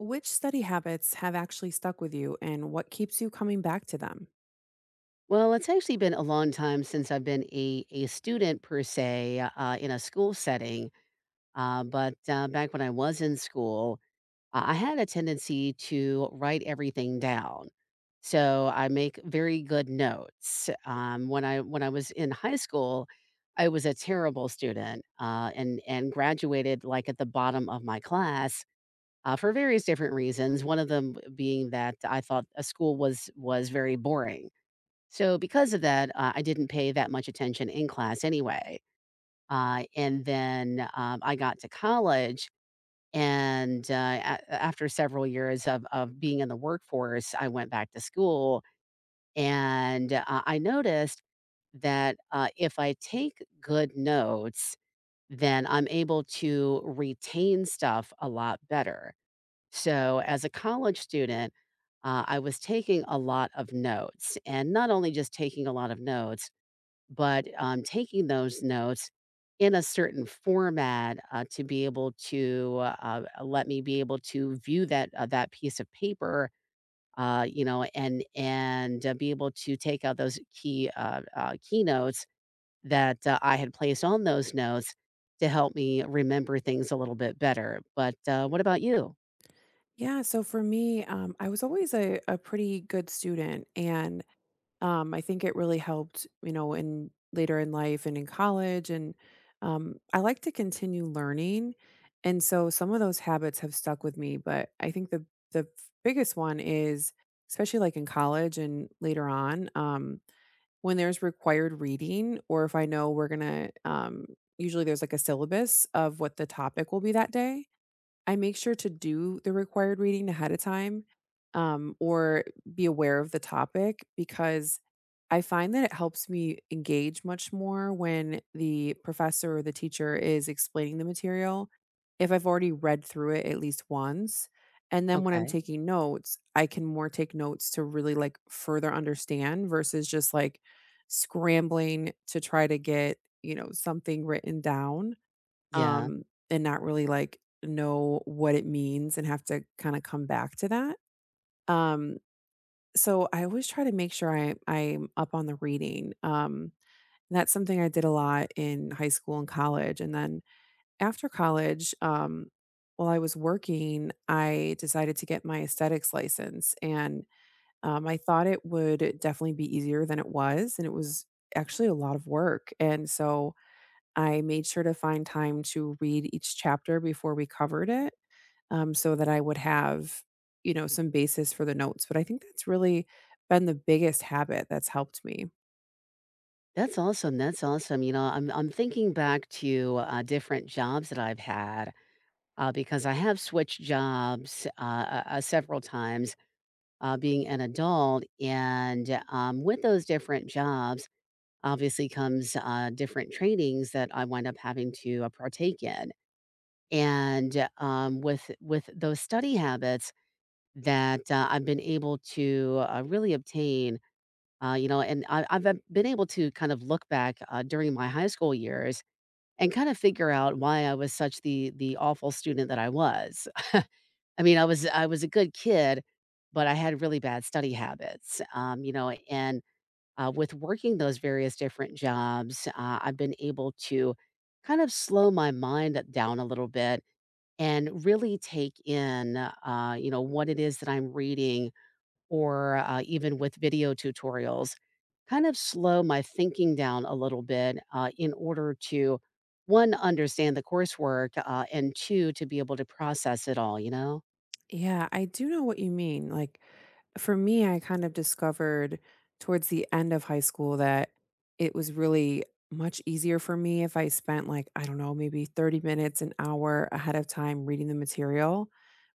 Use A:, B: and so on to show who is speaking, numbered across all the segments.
A: Which study habits have actually stuck with you and what keeps you coming back to them?
B: Well, it's actually been a long time since I've been a student per se, in a school setting, back when I was in school, I had a tendency to write everything down. So, I make very good notes. When I was in high school, I was a terrible student, and graduated, like, at the bottom of my class, for various different reasons, one of them being that I thought, a school was very boring. So because of that, I didn't pay that much attention in class anyway. And then I got to college, and after several years of being in the workforce, I went back to school, and I noticed that if I take good notes, then I'm able to retain stuff a lot better. So as a college student. I was taking a lot of notes, and not only just taking a lot of notes, but, taking those notes in a certain format, to be able to, let me be able to view that piece of paper, you know, and be able to take out those key, key that, I had placed on those notes to help me remember things a little bit better. But, what about you?
A: Yeah, so for me, I was always a pretty good student. And I think it really helped, you know, in later in life and in college. And I like to continue learning. And so some of those habits have stuck with me. But I think the biggest one is, especially like in college and later on, when there's required reading or if I know we're gonna, usually there's like a syllabus of what the topic will be that day. I make sure to do the required reading ahead of time, or be aware of the topic because I find that it helps me engage much more when the professor or the teacher is explaining the material if I've already read through it at least once. And then when I'm
B: Okay.
A: taking notes, I can more take notes to really like further understand versus just like scrambling to try to get, you know, something written down.
B: Yeah.
A: Um, and not really, like, know what it means and have to kinda come back to that. Um, so I always try to make sure I'm up on the reading. And that's something I did a lot in high school and college, and then after college, while I was working, I decided to get my aesthetics license, and, I thought it would definitely be easier than it was, and it was actually a lot of work, and so I made sure to find time to read each chapter before we covered it, so that I would have, you know, some basis for the notes, but I think that's really been the biggest habit that's helped me.
B: That's awesome, that's awesome. You know, I'm thinking back to, different jobs that I've had, because I have switched jobs several times, being an adult. And with those different jobs, obviously comes different trainings that I wind up having to partake in. And with those study habits that I've been able to really obtain, you know, and I've been able to kind of look back, during my high school years, and kind of figure out why I was such the awful student that I was. I mean, I was a good kid, but I had really bad study habits, you know, and, with working those various different jobs, I've been able to kind of slow my mind down a little bit and really take in, you know, what it is that I'm reading, or, even with video tutorials, kind of slow my thinking down a little bit, in order to, 1, understand the coursework, and 2, to be able to process it all, you know?
A: Yeah, I do know what you mean. Like, for me, I kind of discovered towards the end of high school that it was really much easier for me if I spent, like, I don't know, maybe 30 minutes, an hour ahead of time reading the material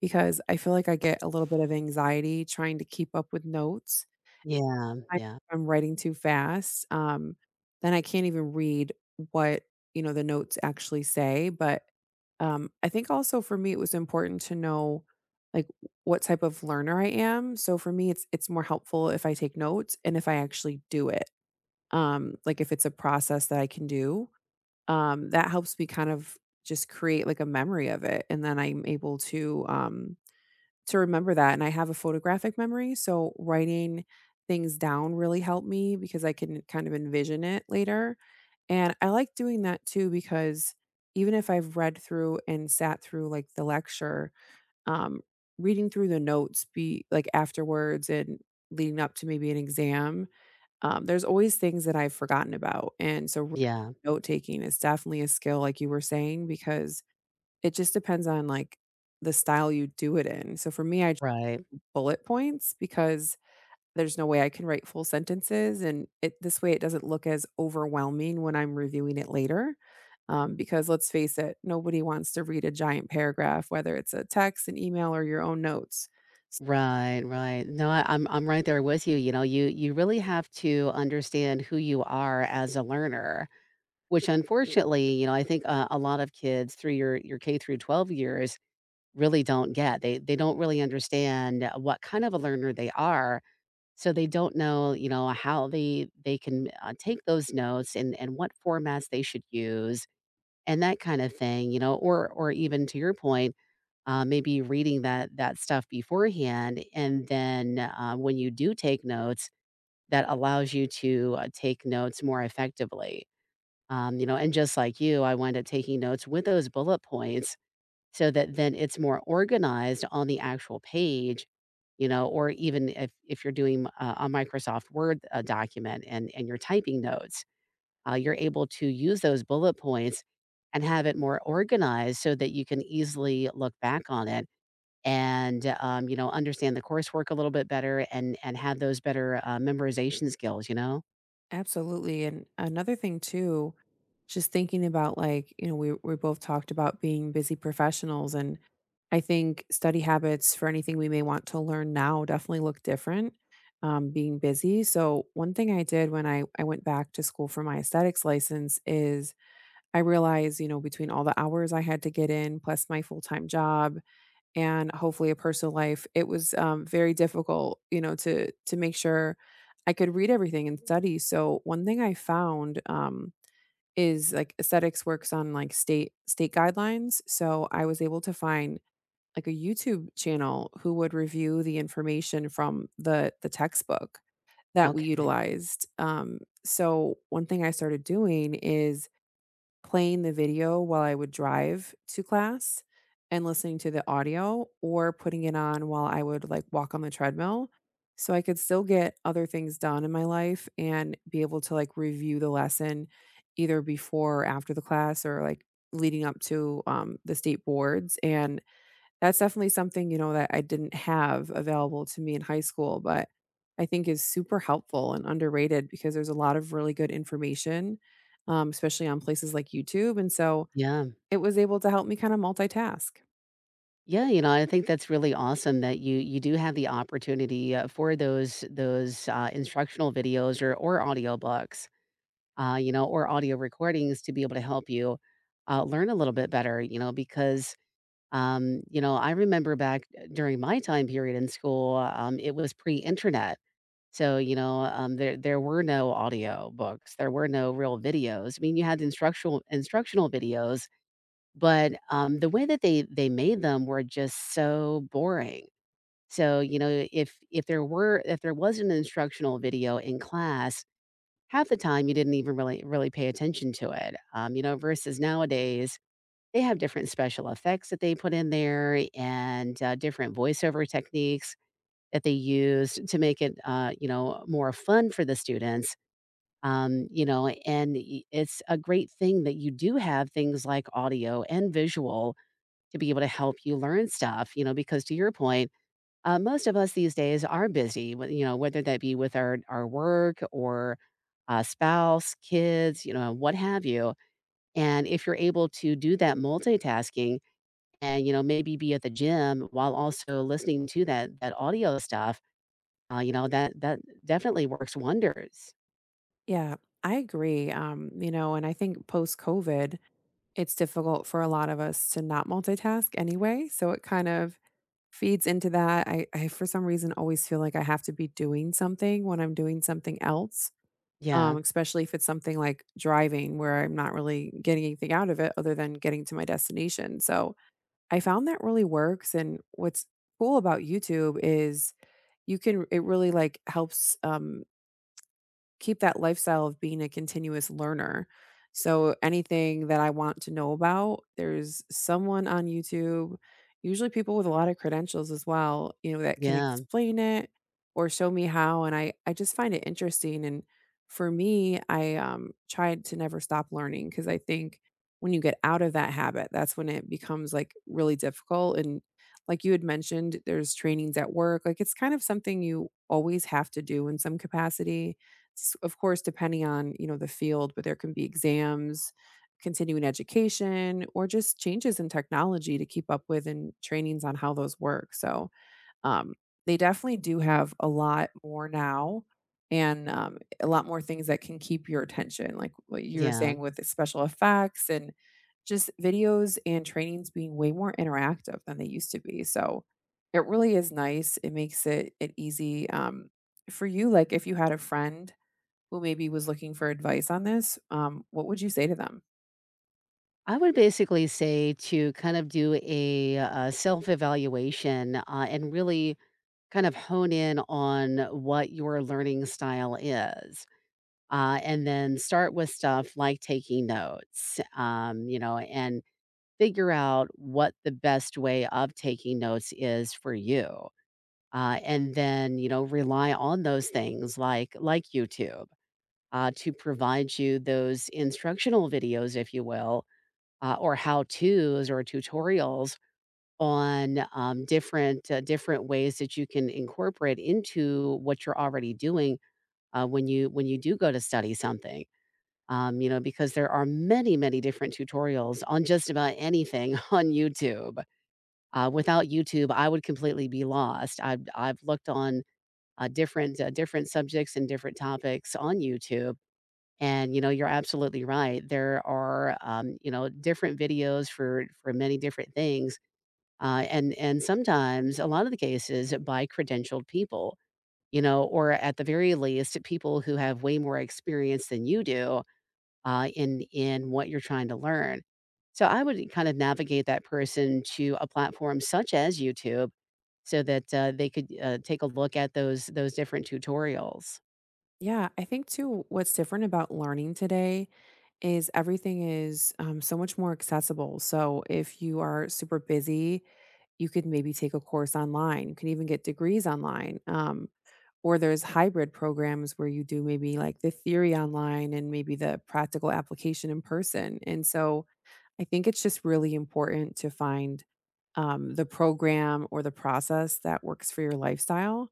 A: because I feel like I get a little bit of anxiety trying to keep up with notes.
B: Yeah,
A: I
B: yeah,
A: I'm writing too fast, then I can't even read what, you know, the notes actually say, but, I think also for me, it was important to know, like, what type of learner I am, so for me, it's more helpful if I take notes and if I actually do it, like, if it's a process that I can do, that helps me kind of just create, like, a memory of it, and then I'm able to remember that, and I have a photographic memory, so writing things down really helped me because I can kind of envision it later, and I like doing that too because even if I've read through and sat through, like, the lecture, um, reading through the notes be like, afterwards and leading up to maybe an exam, there's always things that I've forgotten about, and so
B: yeah.
A: note-taking is definitely a skill, like you were saying, because it just depends on, like, the style you do it in, so for me, I
B: Right,
A: bullet points because there's no way I can write full sentences, and it this way it doesn't look as overwhelming when I'm reviewing it later. Because let's face it, nobody wants to read a giant paragraph, whether it's a text, an email, or your own notes. So
B: right, right. No, I, I'm right there with you. You know, you really have to understand who you are as a learner, which unfortunately, you know, I think a lot of kids through your K through 12 years really don't get. They don't really understand what kind of a learner they are, so they don't know, you know, how they can take those notes, and what formats they should use, and that kind of thing. You know, or even to your point, maybe reading that stuff beforehand, and then when you do take notes, that allows you to take notes more effectively. You know, and just like you, I wind up taking notes with those bullet points so that then it's more organized on the actual page. You know, or even if you're doing a Microsoft Word document, and you're typing notes, you're able to use those bullet points and have it more organized so that you can easily look back on it and, you know, understand the coursework a little bit better, and have those better, memorization skills, you know?
A: absolutely, and another thing too, just thinking about like, you know, we both talked about being busy professionals and I think study habits for anything we may want to learn now definitely look different being busy. So one thing I did when I went back to school for my aesthetics license is I realized, you know, between all the hours I had to get in plus my full-time job and hopefully a personal life. It was, very difficult, you know, to make sure I could read everything and study. So one thing I found, is like aesthetics works on like state guidelines. So I was able to find like a YouTube channel who would review the information from the textbook that we
B: Okay.
A: utilized. So one thing I started doing is playing the video while I would drive to class and listening to the audio or putting it on while I would like walk on the treadmill so I could still get other things done in my life and be able to like review the lesson either before or after the class or like leading up to the state boards and that's definitely something, you know, that I didn't have available to me in high school, but I think is super helpful and underrated because there's a lot of really good information, especially on places like YouTube, and so
B: Yeah.
A: it was able to help me kinda multitask.
B: Yeah, you know, I think that's really awesome that you do have the opportunity, for those instructional videos or audiobooks, you know, or audio recordings, to be able to help you, learn a little bit better, you know, because, you know, I remember back during my time period in school, it was pre-internet. So, you know, there were no audio books. There were no real videos. I mean, you had instructional videos, but the way that they made them were just so boring. So, you know, if there were if there was an instructional video in class, half the time you didn't even really pay attention to it. You know, versus nowadays they have different special effects that they put in there, and different voiceover techniques that they used to make it, you know, more fun for the students. You know, and it's a great thing that you do have things like audio and visual to be able to help you learn stuff, you know, because to your point, most of us these days are busy, you know, whether that be with our work, or spouse, kids, you know, what have you. And if you're able to do that multitasking and, you know, maybe be at the gym while also listening to that audio stuff, you know, that definitely works wonders.
A: Yeah, I agree, you know, and I think post-COVID, it's difficult for a lot of us to not multitask anyway, so it kind of feeds into that. For some reason, always feel like I have to be doing something when I'm doing something else.
B: Yeah,
A: Especially if it's something like driving where I'm not really getting anything out of it other than getting to my destination. So I found that really works. And what's cool about YouTube is you can, it really like helps keep that lifestyle of being a continuous learner. So anything that I want to know about, there's someone on YouTube, usually people with a lot of credentials as well, you know, that can
B: yeah,
A: explain it or show me how. And I just find it interesting. And for me, I tried to never stop learning because I think when you get out of that habit, that's when it becomes like really difficult. And like you had mentioned, there's trainings at work. Like it's kind of something you always have to do in some capacity of course depending on you know the field but there can be exams continuing education or just changes in technology to keep up with and trainings on how those work so um, they definitely do have a lot more now and a lot more things that can keep your attention like what you were
B: yeah.
A: saying with the special effects and just videos and trainings being way more interactive than they used to be so it really is nice it makes it easy for you like if you had a friend who maybe was looking for advice on this, what would you say to them?
B: I would basically say to kind of do a, self-evaluation, and really kind of hone in on what your learning style is, and then start with stuff like taking notes, you know, and figure out what the best way of taking notes is for you. And then, you know, rely on those things like YouTube. Uh, to provide you those instructional videos, if you will, or how tos or tutorials on different ways that you can incorporate into what you're already doing, when you do go to study something. You know, because there are many, many different tutorials on just about anything on YouTube. Without YouTube, I would completely be lost. I've looked on different subjects and different topics on YouTube, and, you know, you're absolutely right. There are, you know, different videos for many different things, and sometimes a lot of the cases by credentialed people, you know, or at the very least, people who have way more experience than you do in what you're trying to learn. So I would kind of navigate that person to a platform such as YouTube, so that they could take a look at those different tutorials.
A: Yeah, I think too, what's different about learning today is everything is so much more accessible. So if you are super busy, you could maybe take a course online. You can even get degrees online. Or there's hybrid programs where you do maybe like the theory online and maybe the practical application in person. And so I think it's just really important to find, the program or the process that works for your lifestyle,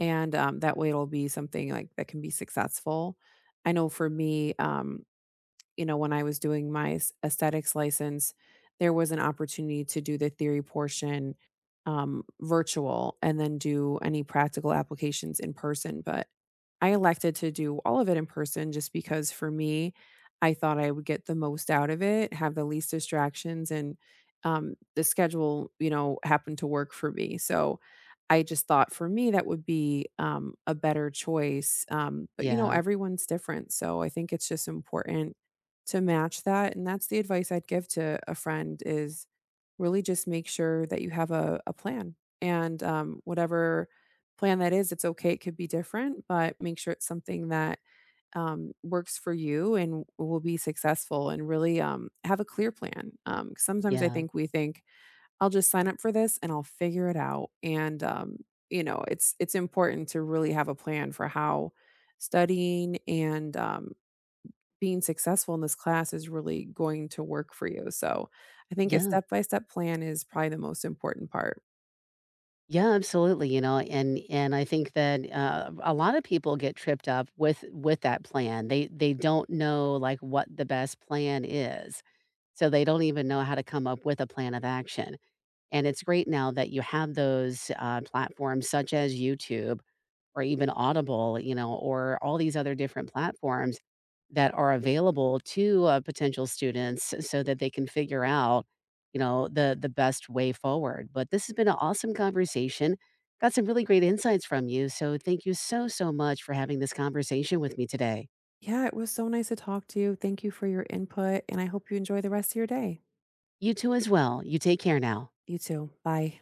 A: and, that way it'll be something, like, that can be successful. I know for me, you know, when I was doing my aesthetics license, there was an opportunity to do the theory portion virtual and then do any practical applications in person. But I elected to do all of it in person just because for me, I thought I would get the most out of it, have the least distractions, and the schedule, you know, happened to work for me. So I just thought for me that would be a better choice. But, you know,
B: Yeah,
A: everyone's different. So I think it's just important to match that, and that's the advice I'd give to a friend is really just make sure that you have a plan, and, whatever plan that is, it's okay, it could be different, but make sure it's something that, works for you and will be successful and really, have a clear plan, 'cause sometimes I
B: yeah,
A: think we think, "I'll just sign up for this and I'll figure it out," and, you know, it's important to really have a plan for how studying and, being successful in this class is really going to work for you. So I think a
B: yeah.
A: step by step plan is probably the most important part.
B: Yeah, absolutely, you know, and I think that, a lot of people get tripped up with that plan. They don't know, like, what the best plan is, so they don't even know how to come up with a plan of action, and it's great now that you have those, platforms such as YouTube, or even Audible, you know, or all these other different platforms that are available to, potential students, so that they can figure out, you know, the best way forward. But this has been an awesome conversation. Got some really great insights from you, so thank you so, so much for having this conversation with me today.
A: Yeah, it was so nice to talk to you. Thank you for your input, and I hope you enjoy the rest of your day.
B: You too as well. You take care now.
A: You too. Bye.